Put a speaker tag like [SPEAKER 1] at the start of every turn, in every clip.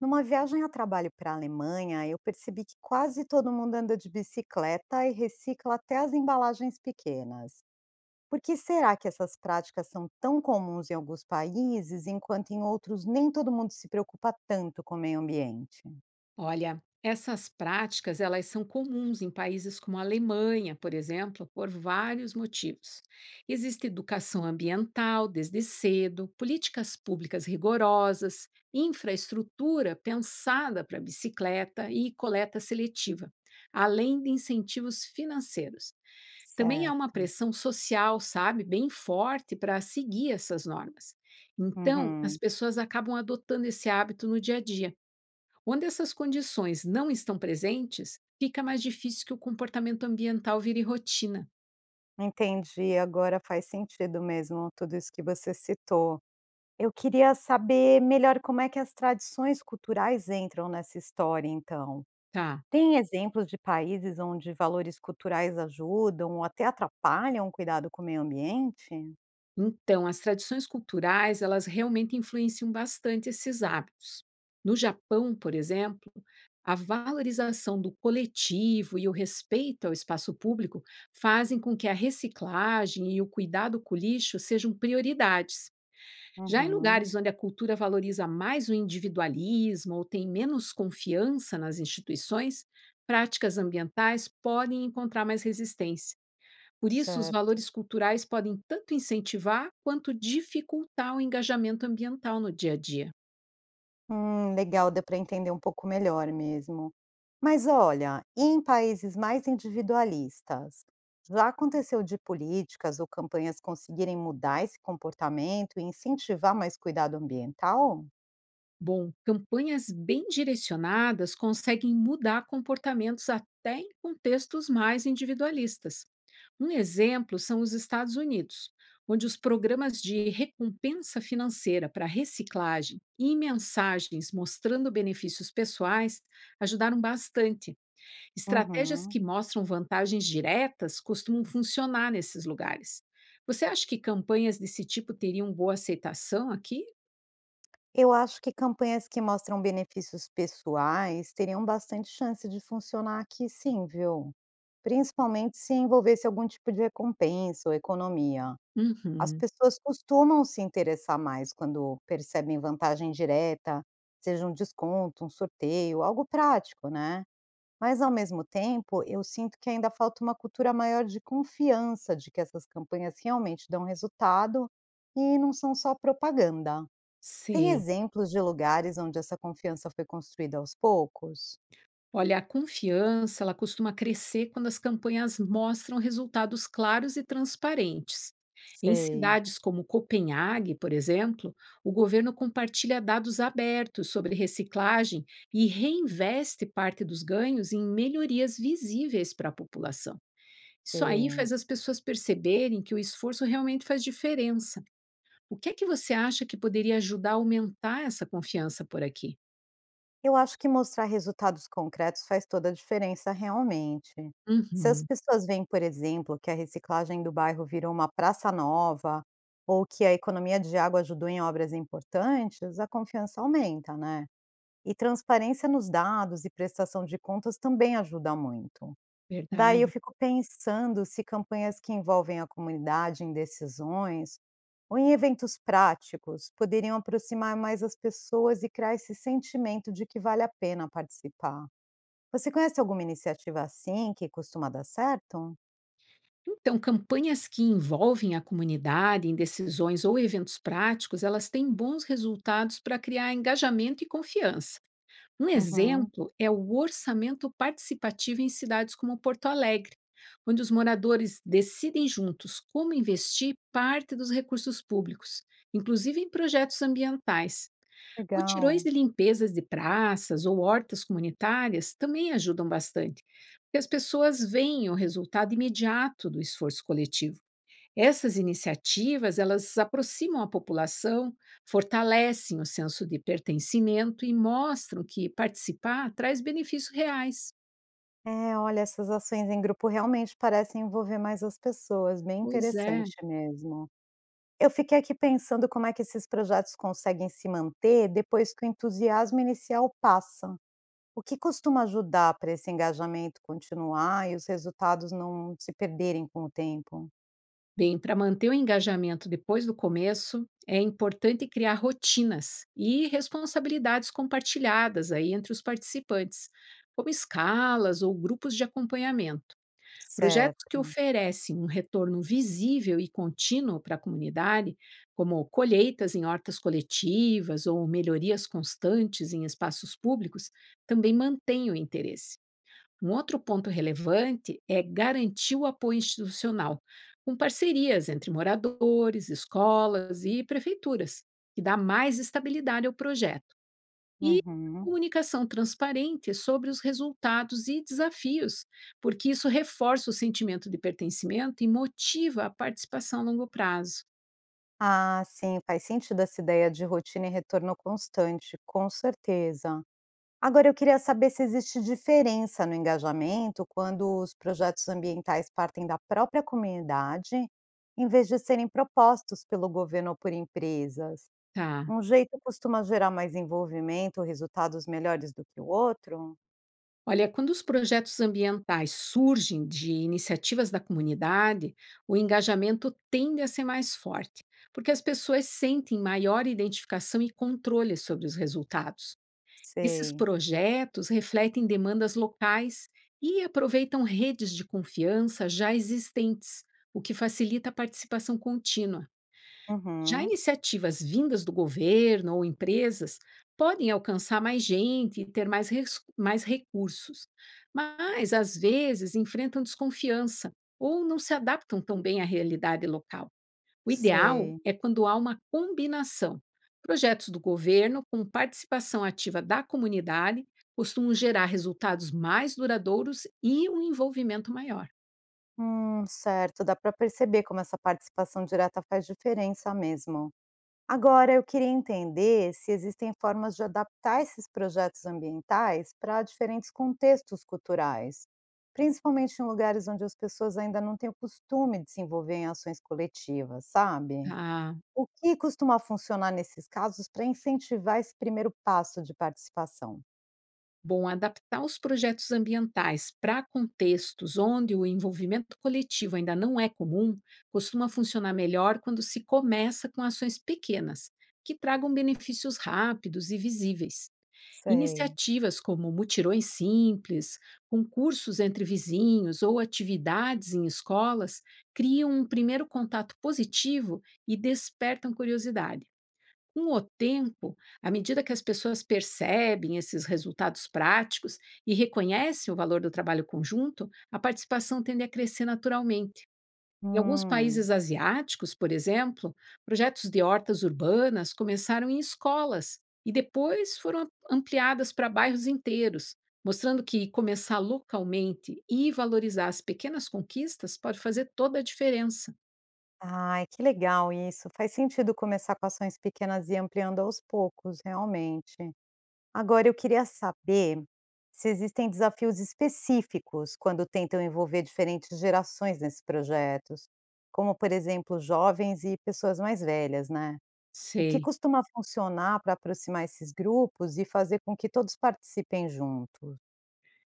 [SPEAKER 1] Numa viagem a trabalho para a Alemanha, eu percebi que quase todo mundo anda de bicicleta e recicla até as embalagens pequenas. Por que será que essas práticas são tão comuns em alguns países, enquanto em outros nem todo mundo se preocupa tanto com o meio ambiente?
[SPEAKER 2] Olha, essas práticas elas são comuns em países como a Alemanha, por exemplo, por vários motivos. Existe educação ambiental desde cedo, políticas públicas rigorosas, infraestrutura pensada para bicicleta e coleta seletiva, além de incentivos financeiros. Também há uma
[SPEAKER 1] Certo.
[SPEAKER 2] pressão social, sabe, bem forte para seguir essas normas. Então, as
[SPEAKER 1] Uhum.
[SPEAKER 2] pessoas acabam adotando esse hábito no dia a dia. Quando essas condições não estão presentes, fica mais difícil que o comportamento ambiental vire rotina,
[SPEAKER 1] Entendi, agora faz sentido mesmo tudo isso que você citou. Eu queria saber melhor como é que as tradições culturais entram nessa história, então.
[SPEAKER 2] tá?
[SPEAKER 1] Tem exemplos de países onde valores culturais ajudam ou até atrapalham o cuidado com o meio ambiente?
[SPEAKER 2] Então, as tradições culturais, elas realmente influenciam bastante esses hábitos. No Japão, por exemplo, a valorização do coletivo e o respeito ao espaço público fazem com que a reciclagem e o cuidado com o lixo sejam prioridades. Já em
[SPEAKER 1] Uhum.
[SPEAKER 2] lugares onde a cultura valoriza mais o individualismo ou tem menos confiança nas instituições, práticas ambientais podem encontrar mais resistência. Por isso, os
[SPEAKER 1] Certo.
[SPEAKER 2] valores culturais podem tanto incentivar quanto dificultar o engajamento ambiental no dia a dia.
[SPEAKER 1] Legal, deu para entender um pouco melhor mesmo. Mas olha, e em países mais individualistas, já aconteceu de políticas ou campanhas conseguirem mudar esse comportamento e incentivar mais cuidado ambiental?
[SPEAKER 2] Bom, campanhas bem direcionadas conseguem mudar comportamentos até em contextos mais individualistas. Um exemplo são os Estados Unidos, onde os programas de recompensa financeira para reciclagem e mensagens mostrando benefícios pessoais ajudaram bastante. Estratégias
[SPEAKER 1] Uhum.
[SPEAKER 2] que mostram vantagens diretas costumam funcionar nesses lugares. Você acha que campanhas desse tipo teriam boa aceitação aqui?
[SPEAKER 1] Eu acho que campanhas que mostram benefícios pessoais teriam bastante chance de funcionar aqui sim, viu? Principalmente se envolvesse algum tipo de recompensa ou economia. As
[SPEAKER 2] Uhum,
[SPEAKER 1] pessoas costumam se interessar mais quando percebem vantagem direta, seja um desconto, um sorteio, algo prático, né? Mas ao mesmo tempo, eu sinto que ainda falta uma cultura maior de confiança de que essas campanhas realmente dão resultado e não são só propaganda. Tem
[SPEAKER 2] sei.
[SPEAKER 1] exemplos de lugares onde essa confiança foi construída aos poucos?
[SPEAKER 2] Olha, a confiança, ela costuma crescer quando as campanhas mostram resultados claros e transparentes. Em
[SPEAKER 1] Sei,
[SPEAKER 2] cidades como Copenhague, por exemplo, o governo compartilha dados abertos sobre reciclagem e reinveste parte dos ganhos em melhorias visíveis para a população. Isso aí
[SPEAKER 1] sei.
[SPEAKER 2] faz as pessoas perceberem que o esforço realmente faz diferença. O que é que você acha que poderia ajudar a aumentar essa confiança por aqui?
[SPEAKER 1] Eu acho que mostrar resultados concretos faz toda a diferença realmente. Se as
[SPEAKER 2] Uhum,
[SPEAKER 1] pessoas veem, por exemplo, que a reciclagem do bairro virou uma praça nova, ou que a economia de água ajudou em obras importantes, a confiança aumenta, né? E transparência nos dados e prestação de contas também ajuda muito. Daí eu
[SPEAKER 2] verdade.
[SPEAKER 1] fico pensando se campanhas que envolvem a comunidade em decisões ou em eventos práticos poderiam aproximar mais as pessoas e criar esse sentimento de que vale a pena participar. Você conhece alguma iniciativa assim que costuma dar certo?
[SPEAKER 2] Então, campanhas que envolvem a comunidade em decisões ou eventos práticos, elas têm bons resultados para criar engajamento e confiança. Um
[SPEAKER 1] Uhum,
[SPEAKER 2] exemplo é o orçamento participativo em cidades como Porto Alegre, onde os moradores decidem juntos como investir parte dos recursos públicos, inclusive em projetos ambientais. Mutirões
[SPEAKER 1] legal.
[SPEAKER 2] de limpezas de praças ou hortas comunitárias também ajudam bastante, porque as pessoas veem o resultado imediato do esforço coletivo. Essas iniciativas, elas aproximam a população, fortalecem o senso de pertencimento e mostram que participar traz benefícios reais.
[SPEAKER 1] É, olha, essas ações em grupo realmente parecem envolver mais as pessoas, bem
[SPEAKER 2] Pois é.
[SPEAKER 1] interessante mesmo. Eu fiquei aqui pensando como é que esses projetos conseguem se manter depois que o entusiasmo inicial passa. O que costuma ajudar para esse engajamento continuar e os resultados não se perderem com o tempo?
[SPEAKER 2] Bem, para manter o engajamento depois do começo, é importante criar rotinas e responsabilidades compartilhadas aí entre os participantes, como escalas ou grupos de acompanhamento. Projetos que
[SPEAKER 1] Certo.
[SPEAKER 2] oferecem um retorno visível e contínuo para a comunidade, como colheitas em hortas coletivas ou melhorias constantes em espaços públicos, também mantêm o interesse. Um outro ponto relevante é garantir o apoio institucional, com parcerias entre moradores, escolas e prefeituras, que dá mais estabilidade ao projeto. E
[SPEAKER 1] Uhum.
[SPEAKER 2] comunicação transparente sobre os resultados e desafios, porque isso reforça o sentimento de pertencimento e motiva a participação a longo prazo.
[SPEAKER 1] Ah, sim, faz sentido essa ideia de rotina e retorno constante, com certeza. Agora, eu queria saber se existe diferença no engajamento quando os projetos ambientais partem da própria comunidade, em vez de serem propostos pelo governo ou por empresas.
[SPEAKER 2] Tá?
[SPEAKER 1] Um jeito costuma gerar mais envolvimento, resultados melhores do que o outro?
[SPEAKER 2] Olha, quando os projetos ambientais surgem de iniciativas da comunidade, o engajamento tende a ser mais forte, porque as pessoas sentem maior identificação e controle sobre os resultados. Esses
[SPEAKER 1] Sei.
[SPEAKER 2] projetos refletem demandas locais e aproveitam redes de confiança já existentes, o que facilita a participação contínua. Já
[SPEAKER 1] Uhum,
[SPEAKER 2] iniciativas vindas do governo ou empresas podem alcançar mais gente e ter mais recursos, mas às vezes enfrentam desconfiança ou não se adaptam tão bem à realidade local. O ideal
[SPEAKER 1] sei.
[SPEAKER 2] é quando há uma combinação. Projetos do governo com participação ativa da comunidade costumam gerar resultados mais duradouros e um envolvimento maior.
[SPEAKER 1] Certo, dá para perceber como essa participação direta faz diferença mesmo. Agora, eu queria entender se existem formas de adaptar esses projetos ambientais para diferentes contextos culturais, principalmente em lugares onde as pessoas ainda não têm o costume de se envolver em ações coletivas, sabe?
[SPEAKER 2] Tá?
[SPEAKER 1] O que costuma funcionar nesses casos para incentivar esse primeiro passo de participação?
[SPEAKER 2] Bom, adaptar os projetos ambientais para contextos onde o envolvimento coletivo ainda não é comum costuma funcionar melhor quando se começa com ações pequenas, que tragam benefícios rápidos e visíveis.
[SPEAKER 1] Sei.
[SPEAKER 2] Iniciativas como mutirões simples, concursos entre vizinhos ou atividades em escolas criam um primeiro contato positivo e despertam curiosidade. Com o tempo, à medida que as pessoas percebem esses resultados práticos e reconhecem o valor do trabalho conjunto, a participação tende a crescer naturalmente. Em alguns
[SPEAKER 1] Hum.
[SPEAKER 2] países asiáticos, por exemplo, projetos de hortas urbanas começaram em escolas e depois foram ampliadas para bairros inteiros, mostrando que começar localmente e valorizar as pequenas conquistas pode fazer toda a diferença.
[SPEAKER 1] Ai, que legal isso. Faz sentido começar com ações pequenas e ampliando aos poucos, realmente. Agora, eu queria saber se existem desafios específicos quando tentam envolver diferentes gerações nesses projetos, como, por exemplo, jovens e pessoas mais velhas, né? O que
[SPEAKER 2] Sei.
[SPEAKER 1] costuma funcionar para aproximar esses grupos e fazer com que todos participem juntos?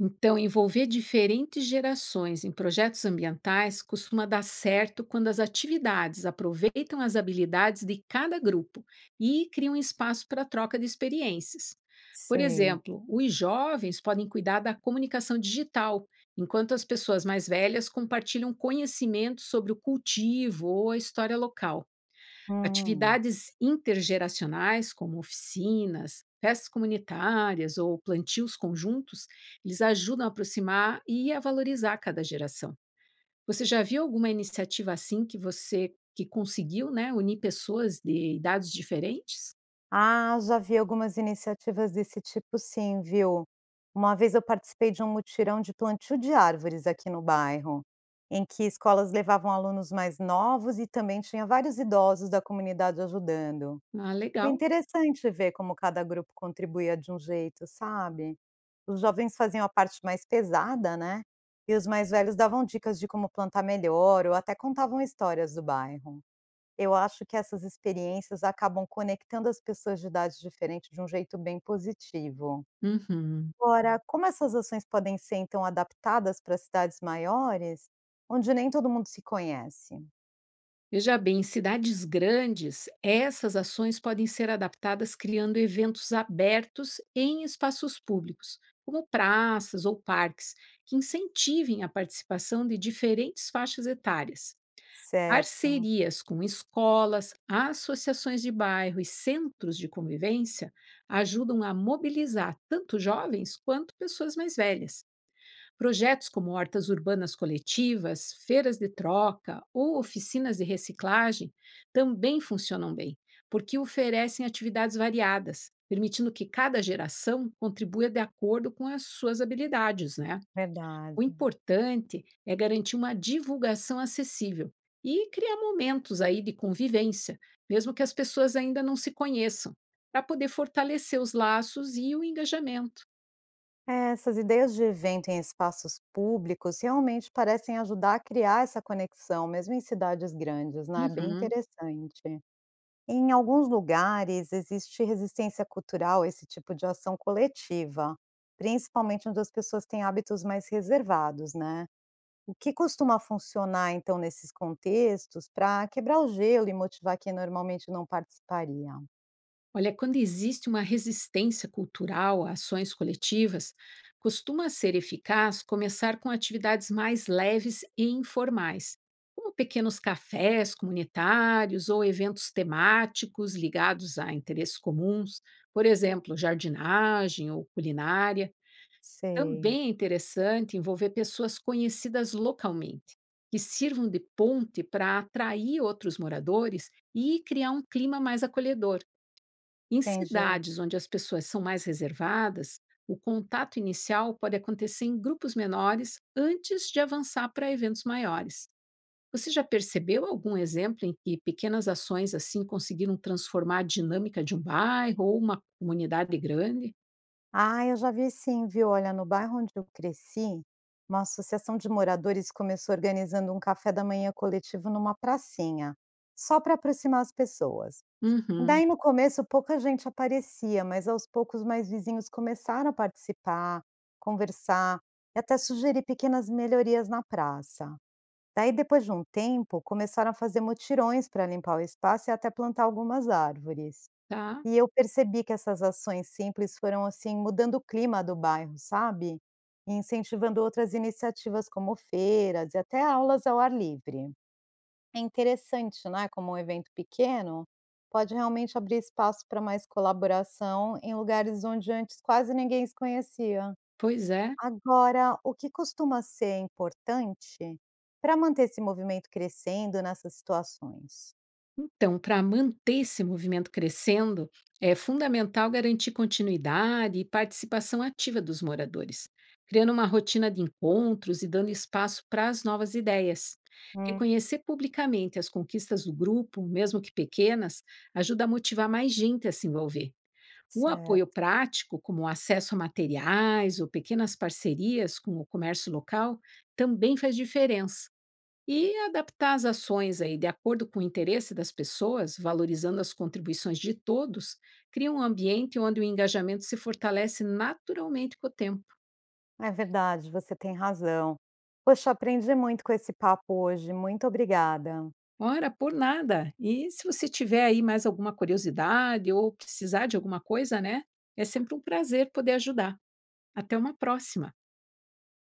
[SPEAKER 2] Então, envolver diferentes gerações em projetos ambientais costuma dar certo quando as atividades aproveitam as habilidades de cada grupo e criam espaço para troca de experiências. Por
[SPEAKER 1] Sei.
[SPEAKER 2] exemplo, os jovens podem cuidar da comunicação digital, enquanto as pessoas mais velhas compartilham conhecimento sobre o cultivo ou a história local.
[SPEAKER 1] Hum.
[SPEAKER 2] Atividades intergeracionais, como oficinas, festas comunitárias ou plantios conjuntos, eles ajudam a aproximar e a valorizar cada geração. Você já viu alguma iniciativa assim que você que conseguiu, né, unir pessoas de idades diferentes?
[SPEAKER 1] Ah, já vi algumas iniciativas desse tipo sim, viu? Uma vez eu participei de um mutirão de plantio de árvores aqui no bairro, em que escolas levavam alunos mais novos e também tinha vários idosos da comunidade ajudando.
[SPEAKER 2] Ah,
[SPEAKER 1] Foi
[SPEAKER 2] legal.
[SPEAKER 1] interessante ver como cada grupo contribuía de um jeito, sabe? Os jovens faziam a parte mais pesada, né? E os mais velhos davam dicas de como plantar melhor ou até contavam histórias do bairro. Eu acho que essas experiências acabam conectando as pessoas de idades diferentes de um jeito bem positivo.
[SPEAKER 2] Uhum.
[SPEAKER 1] Agora, como essas ações podem ser então adaptadas para cidades maiores, onde nem todo mundo se conhece?
[SPEAKER 2] Veja bem, em cidades grandes, essas ações podem ser adaptadas criando eventos abertos em espaços públicos, como praças ou parques, que incentivem a participação de diferentes faixas etárias.
[SPEAKER 1] Certo,
[SPEAKER 2] Parcerias com escolas, associações de bairro e centros de convivência ajudam a mobilizar tanto jovens quanto pessoas mais velhas. Projetos como hortas urbanas coletivas, feiras de troca ou oficinas de reciclagem também funcionam bem, porque oferecem atividades variadas, permitindo que cada geração contribua de acordo com as suas habilidades, né?
[SPEAKER 1] verdade.
[SPEAKER 2] O importante é garantir uma divulgação acessível e criar momentos aí de convivência, mesmo que as pessoas ainda não se conheçam, para poder fortalecer os laços e o engajamento.
[SPEAKER 1] É, essas ideias de evento em espaços públicos realmente parecem ajudar a criar essa conexão, mesmo em cidades grandes, né? É bem
[SPEAKER 2] Uhum.
[SPEAKER 1] interessante. Em alguns lugares existe resistência cultural a esse tipo de ação coletiva, principalmente onde as pessoas têm hábitos mais reservados, né. O que costuma funcionar então nesses contextos para quebrar o gelo e motivar quem normalmente não participaria?
[SPEAKER 2] Olha, quando existe uma resistência cultural a ações coletivas, costuma ser eficaz começar com atividades mais leves e informais, como pequenos cafés comunitários ou eventos temáticos ligados a interesses comuns, por exemplo, jardinagem ou culinária.
[SPEAKER 1] Sei,
[SPEAKER 2] Também é interessante envolver pessoas conhecidas localmente, que sirvam de ponte para atrair outros moradores e criar um clima mais acolhedor. Em
[SPEAKER 1] entendi.
[SPEAKER 2] cidades onde as pessoas são mais reservadas, o contato inicial pode acontecer em grupos menores antes de avançar para eventos maiores. Você já percebeu algum exemplo em que pequenas ações assim conseguiram transformar a dinâmica de um bairro ou uma comunidade grande?
[SPEAKER 1] Ah, eu já vi sim, viu. Olha, no bairro onde eu cresci, uma associação de moradores começou organizando um café da manhã coletivo numa pracinha, só para aproximar as pessoas.
[SPEAKER 2] Uhum,
[SPEAKER 1] Daí no começo pouca gente aparecia, mas aos poucos mais vizinhos começaram a participar, conversar e até sugerir pequenas melhorias na praça. Daí depois de um tempo começaram a fazer mutirões para limpar o espaço e até plantar algumas árvores.
[SPEAKER 2] tá.
[SPEAKER 1] E eu percebi que essas ações simples foram assim mudando o clima do bairro, sabe? E incentivando outras iniciativas como feiras e até aulas ao ar livre. É interessante, né, como um evento pequeno pode realmente abrir espaço para mais colaboração em lugares onde antes quase ninguém se conhecia.
[SPEAKER 2] Pois é.
[SPEAKER 1] Agora, o que costuma ser importante para manter esse movimento crescendo nessas situações?
[SPEAKER 2] Então, para manter esse movimento crescendo, é fundamental garantir continuidade e participação ativa dos moradores, criando uma rotina de encontros e dando espaço para as novas ideias.
[SPEAKER 1] Hum,
[SPEAKER 2] Reconhecer publicamente as conquistas do grupo, mesmo que pequenas, ajuda a motivar mais gente a se envolver. O apoio
[SPEAKER 1] certo.
[SPEAKER 2] prático, como o acesso a materiais ou pequenas parcerias com o comércio local, também faz diferença e adaptar as ações aí de acordo com o interesse das pessoas, valorizando as contribuições de todos, cria um ambiente onde o engajamento se fortalece naturalmente com o tempo.
[SPEAKER 1] É verdade, você tem razão. Poxa, aprendi muito com esse papo hoje. Muito obrigada.
[SPEAKER 2] Ora, por nada. E se você tiver aí mais alguma curiosidade ou precisar de alguma coisa, né? É sempre um prazer poder ajudar. Até uma próxima.